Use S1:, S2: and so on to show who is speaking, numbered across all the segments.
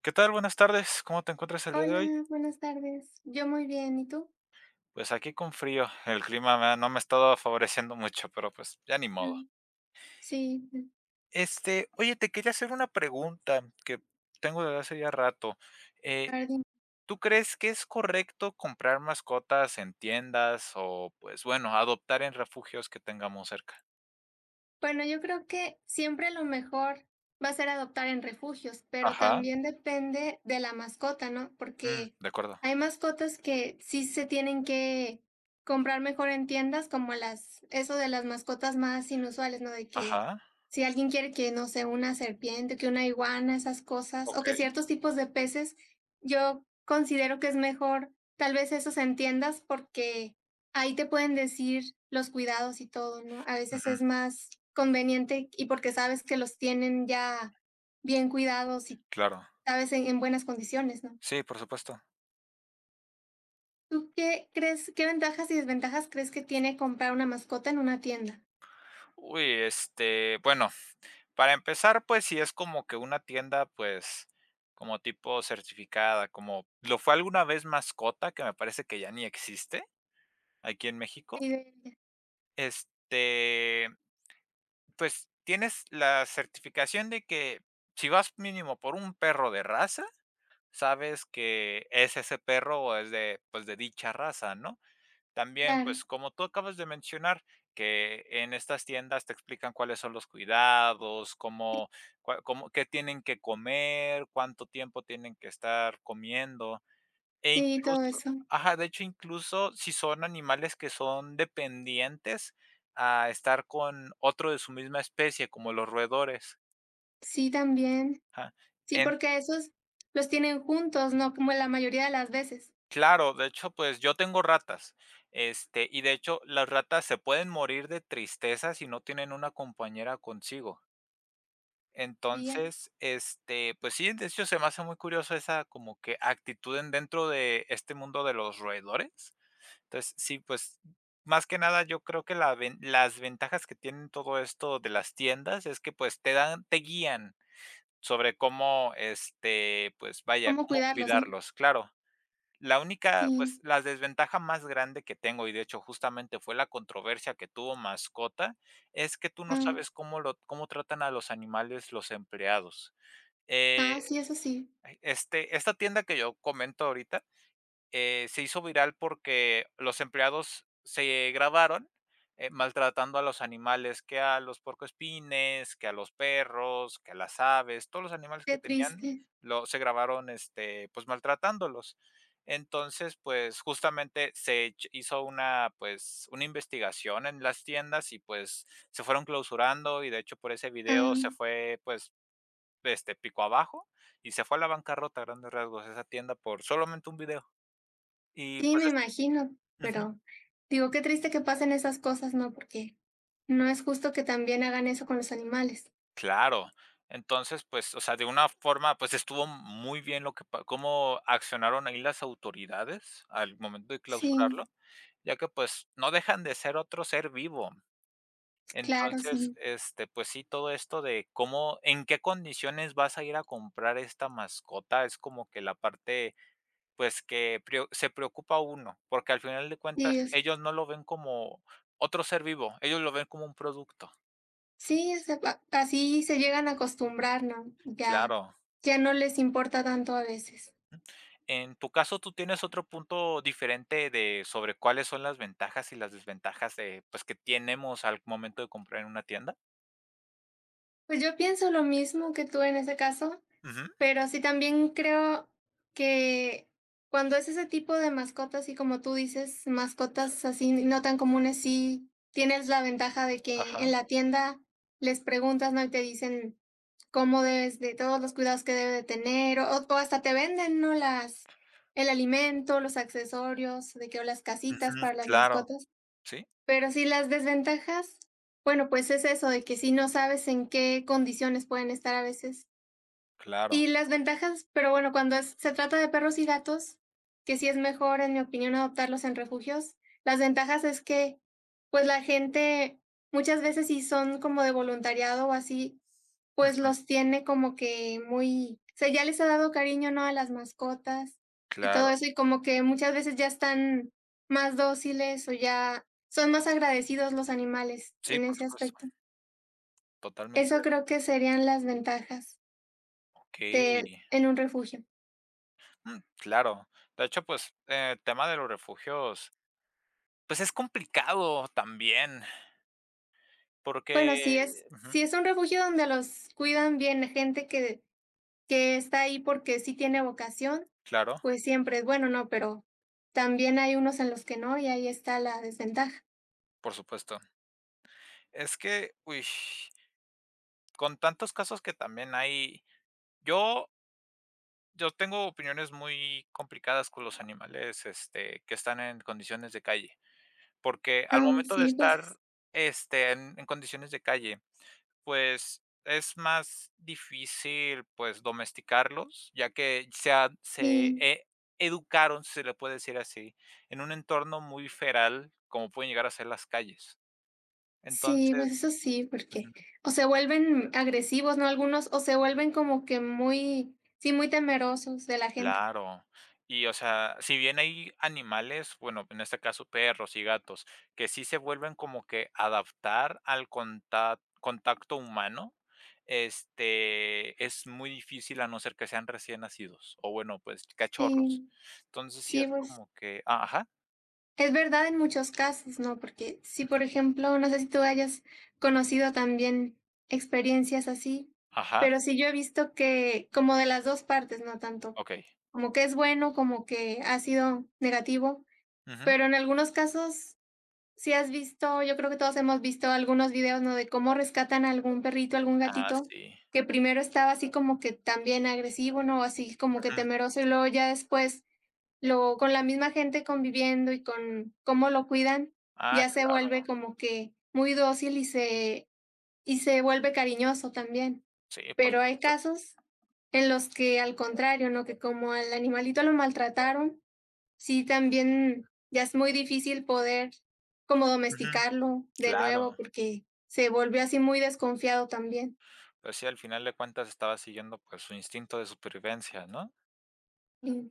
S1: ¿Qué tal? Buenas tardes. ¿Cómo te encuentras el día de hoy?
S2: Hola, buenas tardes. Yo muy bien, ¿y tú?
S1: Pues aquí con frío. El clima no me ha estado favoreciendo mucho, pero pues ya ni modo.
S2: Mm. Sí,
S1: Oye, te quería hacer una pregunta que tengo desde hace ya rato.
S2: a
S1: Eh,
S2: ver,
S1: ¿Tú crees que es correcto comprar mascotas en tiendas o, pues bueno, adoptar en refugios que tengamos cerca?
S2: bueno, yo creo que siempre lo mejor va a ser adoptar en refugios, pero
S1: Ajá.
S2: también depende de la mascota, ¿no?
S1: Mm,
S2: Porque
S1: de acuerdo.
S2: hay mascotas que sí se tienen que comprar mejor en tiendas, como eso de las mascotas más inusuales, ¿no? De que
S1: Ajá.
S2: si alguien quiere que, no sé, una serpiente, que una iguana, esas cosas,
S1: Ok.
S2: o que ciertos tipos de peces, yo considero que es mejor tal vez esos en tiendas porque ahí te pueden decir los cuidados y todo, ¿no? A veces
S1: Ujú.
S2: es más conveniente y porque sabes que los tienen ya bien cuidados y
S1: Claro.
S2: sabes en buenas condiciones, ¿no?
S1: Sí, por supuesto.
S2: ¿Tú qué crees, qué ventajas y desventajas crees que tiene comprar una mascota en una tienda?
S1: Uy, bueno. Para empezar, pues, si es como que una tienda, pues, como tipo certificada, como lo fue alguna vez Mascota, que me parece que ya ni existe aquí en México.
S2: Y de-
S1: Este, pues, tienes la certificación de que si vas mínimo por un perro de raza, sabes que es ese perro o es de, pues, de dicha raza, ¿no? También,
S2: Claro,
S1: pues, como tú acabas de mencionar, que en estas tiendas te explican cuáles son los cuidados, cómo qué tienen que comer, cuánto tiempo tienen que estar comiendo, e
S2: sí, todo
S1: incluso
S2: eso.
S1: ajá, de hecho, incluso si son animales que son dependientes a estar con otro de su misma especie, como los roedores,
S2: Sí, también.
S1: ajá.
S2: Sí, porque esos los tienen juntos, ¿no? Como la mayoría de las veces.
S1: Claro, de hecho, pues, yo tengo ratas, y de hecho, las ratas se pueden morir de tristeza si no tienen una compañera consigo.
S2: Y ya,
S1: Entonces, pues sí, de hecho, se me hace muy curioso esa como que actitud en dentro de este mundo de los roedores. Entonces, sí, pues, más que nada, yo creo que la ven las ventajas que tienen todo esto de las tiendas es que, pues, te guían sobre cómo, pues, vaya,
S2: ¿cómo
S1: cómo
S2: cuidarlos, no?
S1: cuidarlos, claro. La única, pues,
S2: Sí.
S1: la desventaja más grande que tengo, y de hecho justamente fue la controversia que tuvo Mascota, es que tú no
S2: Ah,
S1: sabes cómo tratan a los animales los empleados. Eh,
S2: ah, sí, eso sí.
S1: esta tienda que yo comento ahorita, se hizo viral porque los empleados se grabaron, maltratando a los animales, que a los puercoespines, que a los perros, que a las aves, todos los animales
S2: Qué
S1: que tenían,
S2: triste.
S1: se grabaron, pues maltratándolos. Entonces, pues justamente hizo una, pues, una investigación en las tiendas y pues se fueron clausurando y de hecho por ese video
S2: Ah.
S1: se fue, pues, pico abajo y se fue a la bancarrota a grandes rasgos esa tienda por solamente un video. Y
S2: Sí,
S1: pues
S2: me imagino,
S1: ujú,
S2: pero digo, qué triste que pasen esas cosas, ¿no? Porque no es justo que también hagan eso con los animales.
S1: claro. Entonces, pues, o sea, de una forma, pues, estuvo muy bien lo que pa cómo accionaron ahí las autoridades al momento de
S2: Sí,
S1: clausurarlo, ya que, pues, no dejan de ser otro ser vivo.
S2: claro,
S1: Entonces,
S2: sí.
S1: pues sí, todo esto de cómo en qué condiciones vas a ir a comprar esta mascota es como que la parte, pues, que preo se preocupa uno, porque al final de cuentas
S2: Y, o sea,
S1: ellos no lo ven como otro ser vivo, ellos lo ven como un producto.
S2: sí, o sea, así se llegan a acostumbrar, ¿no? Ya,
S1: Claro.
S2: ya no les importa tanto a veces.
S1: En tu caso, ¿tú tienes otro punto diferente de sobre cuáles son las ventajas y las desventajas de, pues, que tenemos al momento de comprar en una tienda?
S2: Pues yo pienso lo mismo que tú en ese caso.
S1: Ujú,
S2: Pero sí también creo que cuando es ese tipo de mascotas, y como tú dices, mascotas así no tan comunes, sí tienes la ventaja de que en
S1: ajá,
S2: la tienda les preguntas, ¿no? Y te dicen cómo debes de todos los cuidados que debe de tener, o hasta te venden, ¿no? El alimento, los accesorios, de que o las casitas
S1: ujú,
S2: para las
S1: claro,
S2: mascotas.
S1: sí,
S2: Pero sí las desventajas, bueno, pues es eso, de que si no sabes en qué condiciones pueden estar a veces
S1: claro,
S2: y las ventajas, pero bueno, cuando se trata de perros y gatos, que sí es mejor, en mi opinión, adoptarlos en refugios, las ventajas es que, pues la gente muchas veces si son como de voluntariado o así, pues
S1: ujú,
S2: los tiene como que muy, o sea, ya les ha dado cariño, ¿no? A las mascotas y todo
S1: claro.
S2: eso, y como que muchas veces ya están más dóciles o ya son más agradecidos los animales
S1: Sí,
S2: en
S1: por
S2: ese
S1: supuesto,
S2: aspecto.
S1: totalmente
S2: Eso
S1: de
S2: creo
S1: acuerdo.
S2: que serían las ventajas
S1: Okey,
S2: de en un refugio.
S1: mm, claro. De hecho, pues, el tema de los refugios, pues, es complicado también,
S2: Bueno, sí
S1: porque
S2: es
S1: ujú,
S2: sí es un refugio donde los cuidan bien, la gente que está ahí porque sí tiene vocación,
S1: claro,
S2: pues siempre es bueno, ¿no? Pero también hay unos en los que no, y ahí está la desventaja.
S1: por supuesto. Es que, uy, con tantos casos que también hay, yo yo tengo opiniones muy complicadas con los animales, que están en condiciones de calle, porque al
S2: Ah,
S1: momento de
S2: sí,
S1: estar,
S2: pues
S1: en condiciones de calle, pues es más difícil, pues, domesticarlos, ya que se, ha- se
S2: sí,
S1: e- educaron, si se le puede decir así, en un entorno muy feral, como pueden llegar a ser las calles.
S2: sí,
S1: Entonces,
S2: pues eso sí, porque o se vuelven agresivos, ¿no? Algunos, o se vuelven como que muy, sí, muy temerosos de la gente.
S1: claro. Y, o sea, si bien hay animales, bueno, en este caso perros y gatos, que sí se vuelven como que adaptar al contacto humano, es muy difícil a no ser que sean recién nacidos o bueno, pues cachorros.
S2: Sí,
S1: Entonces sí
S2: sí,
S1: es
S2: pues
S1: como que, ah, ajá,
S2: es verdad en muchos casos, ¿no? Porque si, por ejemplo, no sé si tú hayas conocido también experiencias así,
S1: ajá,
S2: pero sí yo he visto que como de las 2 partes, ¿no? Tanto
S1: ok.
S2: como que es bueno, como que ha sido negativo,
S1: Ujú.
S2: pero en algunos casos sí has visto, yo creo que todos hemos visto algunos videos, ¿no? De cómo rescatan a algún perrito, algún
S1: Ah,
S2: gatito,
S1: sí.
S2: que primero estaba así como que también agresivo, ¿no? Así como que
S1: Ujú.
S2: temeroso y luego ya después lo con la misma gente conviviendo y con cómo lo cuidan,
S1: Ah,
S2: ya se vuelve
S1: claro.
S2: como que muy dócil y se vuelve cariñoso también.
S1: Sí, por
S2: Pero hay
S1: supuesto.
S2: casos en los que al contrario, ¿no? Que como al animalito lo maltrataron, sí también ya es muy difícil poder como
S1: Ujú.
S2: domesticarlo de
S1: Claro.
S2: nuevo, porque se volvió así muy desconfiado también.
S1: Pues sí, al final de cuentas estaba siguiendo pues su instinto de supervivencia, ¿no?
S2: Y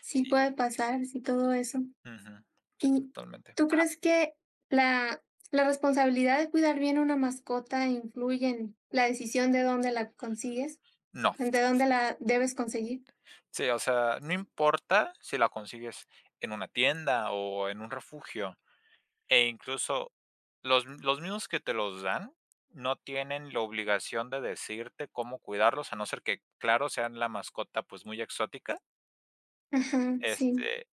S2: sí
S1: Sí,
S2: puede pasar, sí, todo eso.
S1: ujú. Sí,
S2: ¿Y
S1: totalmente.
S2: tú crees que la, la responsabilidad de cuidar bien una mascota influye en la decisión de dónde la consigues?
S1: No,
S2: ¿De dónde la debes conseguir?
S1: sí, o sea, no importa si la consigues en una tienda o en un refugio, e incluso los mismos que te los dan no tienen la obligación de decirte cómo cuidarlos, a no ser que, claro, sean la mascota pues muy exótica.
S2: Ajá, sí,
S1: Este,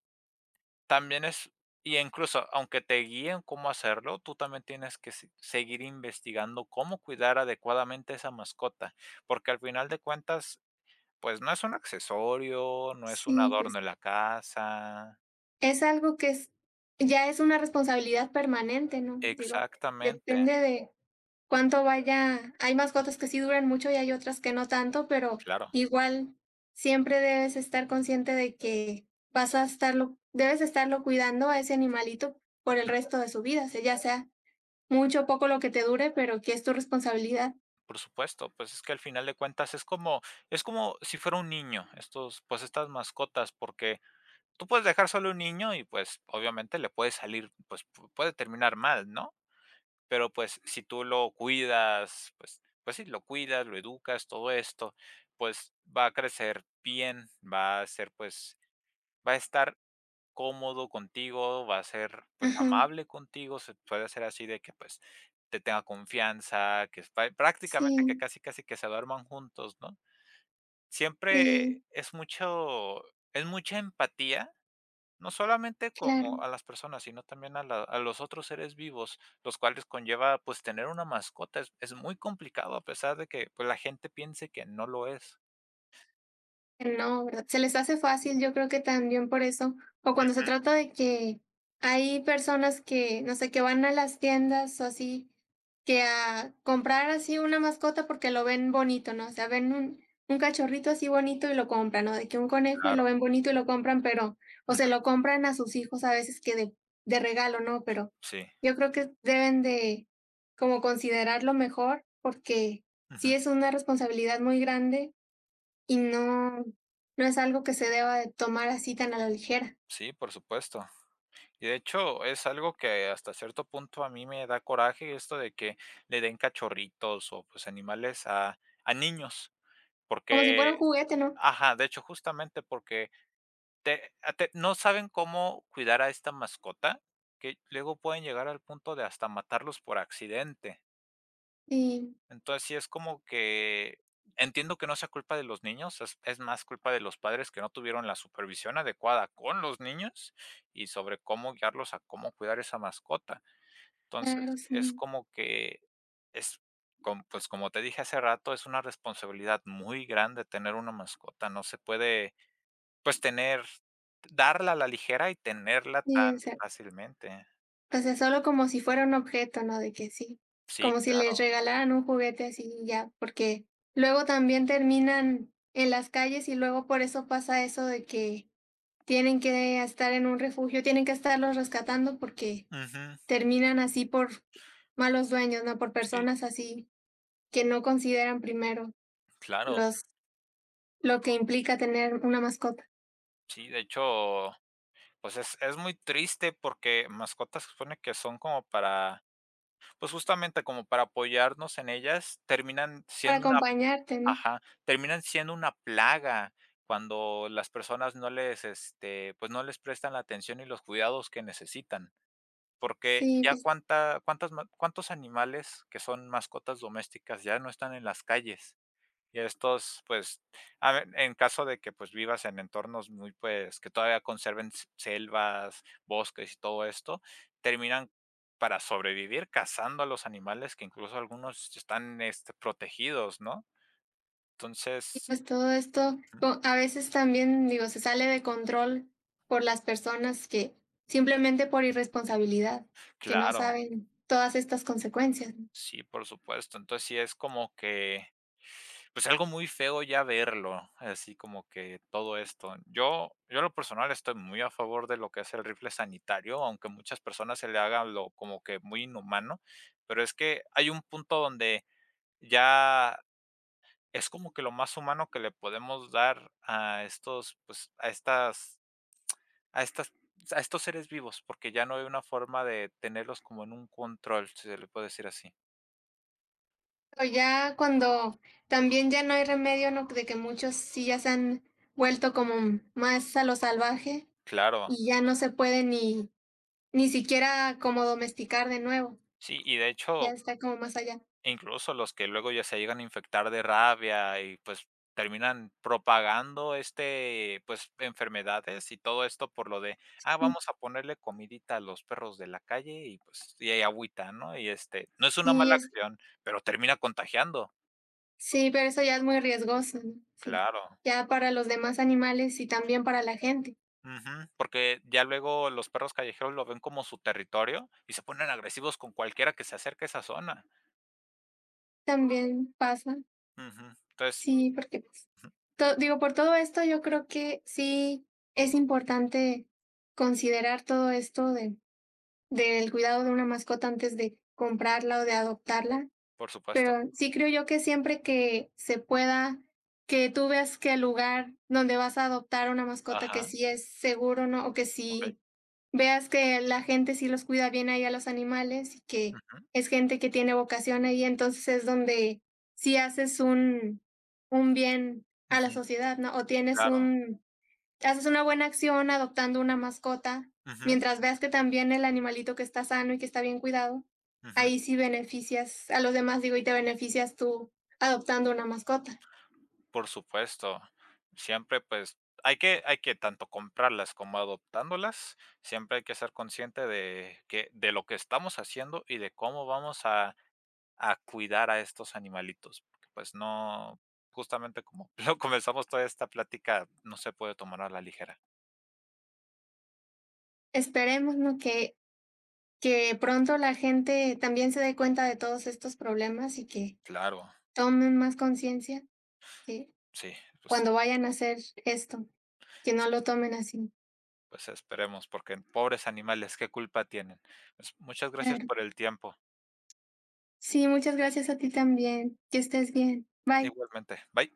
S1: también es, y incluso aunque te guíen cómo hacerlo, tú también tienes que seguir investigando cómo cuidar adecuadamente esa mascota, porque al final de cuentas pues no es un accesorio, no es un
S2: sí, pues
S1: adorno en la casa.
S2: es algo que es, ya es una responsabilidad permanente, ¿no? Digo,
S1: Exactamente,
S2: depende de, cuánto vaya. Hay mascotas que sí duran mucho y hay otras que no tanto, pero
S1: claro,
S2: igual siempre debes estar consciente de que vas a estarlo, debes estarlo cuidando a ese animalito por el resto de su vida, sea, ya sea mucho o poco lo que te dure, pero que es tu responsabilidad.
S1: por supuesto, pues es que al final de cuentas es como si fuera un niño, estos, pues estas mascotas, porque tú puedes dejar solo un niño y, pues, obviamente le puede salir, pues, pu puede terminar mal, ¿no? Pero, pues, si tú lo cuidas, pues sí, lo cuidas, lo educas, todo esto, pues va a crecer bien, va a ser, pues, va a estar cómodo contigo, va a ser, pues,
S2: Ajá,
S1: amable contigo, se puede hacer así de que, pues, te tenga confianza, que es pa prácticamente que
S2: sí,
S1: casi, casi que se duerman juntos, ¿no? Siempre
S2: sí,
S1: es mucho es mucha empatía, no solamente
S2: claro.
S1: como a las personas, sino también a la a los otros seres vivos, los cuales conlleva, pues, tener una mascota, es muy complicado a pesar de que, pues, la gente piense que no lo es.
S2: No, ¿verdad? Se les hace fácil, yo creo que también por eso, o cuando se
S1: Ujú,
S2: trata de que hay personas que, no sé, que van a las tiendas o así, que a comprar así una mascota porque lo ven bonito, ¿no? O sea, ven un cachorrito así bonito y lo compran, ¿no? De que un conejo y lo
S1: claro.
S2: ven bonito y lo compran, pero, o se
S1: Ujú,
S2: lo compran a sus hijos a veces que de regalo, ¿no? Pero
S1: sí.
S2: yo creo que deben de como considerarlo mejor porque
S1: Ujú,
S2: sí es una responsabilidad muy grande y no, no es algo que se deba de tomar así tan a la ligera,
S1: sí, por supuesto. Y de hecho, es algo que hasta cierto punto a mí me da coraje esto de que le den cachorritos o pues animales a niños, porque,
S2: como si fuera un juguete, ¿no?
S1: ajá, de hecho, justamente porque no saben cómo cuidar a esta mascota, que luego pueden llegar al punto de hasta matarlos por accidente.
S2: Sí,
S1: Entonces, sí es como que entiendo que no sea culpa de los niños, es más culpa de los padres que no tuvieron la supervisión adecuada con los niños y sobre cómo guiarlos a cómo cuidar esa mascota. Entonces,
S2: claro,
S1: es
S2: sí.
S1: como que es, pues como te dije hace rato, es una responsabilidad muy grande tener una mascota. No se puede, pues tener, darla a la ligera y tenerla
S2: Sí, o
S1: tan
S2: sea,
S1: fácilmente.
S2: o sea, solo como si fuera un objeto, ¿no? De que sí,
S1: Sí,
S2: como si les
S1: claro.
S2: regalaran un juguete así y ya, porque luego también terminan en las calles y luego por eso pasa eso de que tienen que estar en un refugio, tienen que estarlos rescatando porque
S1: Ujú,
S2: terminan así por malos dueños, ¿no? Por
S1: sí,
S2: personas así que no consideran primero
S1: claro.
S2: los lo que implica tener una mascota
S1: Sí, de hecho, pues es muy triste porque mascotas se supone que son como para, pues justamente como para apoyarnos en ellas, terminan
S2: para
S1: siendo una
S2: acompañarte, ¿no?
S1: ajá, terminan siendo una plaga cuando las personas pues, no les prestan la atención y los cuidados que necesitan, porque
S2: Sí,
S1: ya
S2: pues,
S1: cuánta cuántas ma cuántos animales que son mascotas domésticas ya no están en las calles, y estos, pues, a ver, en caso de que, pues, vivas en entornos muy, pues, que todavía conserven s selvas, bosques y todo esto, terminan para sobrevivir cazando a los animales que incluso algunos están, protegidos, ¿no? Entonces
S2: todo esto a veces también, digo, se sale de control por las personas que simplemente por irresponsabilidad, que no
S1: claro,
S2: saben todas estas consecuencias, ¿no?
S1: sí, por supuesto. Entonces, sí es como que, pues, algo muy feo ya verlo, así como que todo esto. Yo en lo personal estoy muy a favor de lo que es el rifle sanitario, aunque muchas personas se le haga lo como que muy inhumano, pero es que hay un punto donde ya es como que lo más humano que le podemos dar a estos, pues, a estas a estos seres vivos, porque ya no hay una forma de tenerlos como en un control, si se le puede decir así.
S2: Pero ya cuando también ya no hay remedio, ¿no? De que muchos sí ya se han vuelto como más a lo salvaje
S1: Claro.
S2: y ya no se puede ni siquiera como domesticar de nuevo,
S1: Sí, y de
S2: ya
S1: hecho,
S2: está como más allá.
S1: incluso los que luego ya se llegan a infectar de rabia y pues terminan propagando pues enfermedades y todo esto por lo de, ah, vamos a ponerle comidita a los perros de la calle y pues y hay agüita, ¿no? Y no es una
S2: Y
S1: mala
S2: es
S1: acción, pero termina contagiando,
S2: Sí, pero eso ya es muy riesgoso, ¿no? Sí.
S1: claro.
S2: Ya para los demás animales y también para la gente,
S1: Ujú, porque ya luego los perros callejeros lo ven como su territorio y se ponen agresivos con cualquiera que se acerque a esa zona.
S2: también pasa.
S1: Ujú, entonces,
S2: Sí, porque, pues, to digo, por todo esto, yo creo que sí es importante considerar todo esto de del cuidado de una mascota antes de comprarla o de adoptarla.
S1: por supuesto.
S2: Pero sí creo yo que siempre que se pueda, que tú veas que el lugar donde vas a adoptar una mascota que
S1: Ajá,
S2: sí es seguro, ¿no? O que
S1: okey.
S2: sí veas que la gente sí los cuida bien ahí a los animales y que
S1: Ujú,
S2: es gente que tiene vocación ahí, entonces es donde sí haces un bien a la
S1: ujú.
S2: sociedad, ¿no? O
S1: Claro.
S2: haces una buena acción adoptando una mascota,
S1: Ujú,
S2: mientras veas que también el animalito que está sano y que está bien cuidado,
S1: ujú.
S2: ahí sí beneficias a los demás, digo, y te beneficias tú adoptando una mascota.
S1: Por supuesto. Siempre, pues, hay que tanto comprarlas como adoptándolas, siempre hay que ser consciente de que de lo que estamos haciendo y de cómo vamos a cuidar a estos animalitos, porque, pues, no justamente como lo comenzamos toda esta plática, no se puede tomar a la ligera.
S2: Esperemos, ¿no?, que pronto la gente también se dé cuenta de todos estos problemas y que
S1: Claro,
S2: tomen más conciencia, que
S1: sí, pues
S2: cuando vayan a hacer esto, que
S1: sí,
S2: no lo tomen así.
S1: pues esperemos, porque pobres animales, ¿qué culpa tienen? Pues, muchas gracias
S2: Claro.
S1: por el tiempo.
S2: Sí, muchas gracias a ti también. Que estés bien. Bye.
S1: Igualmente. Bye.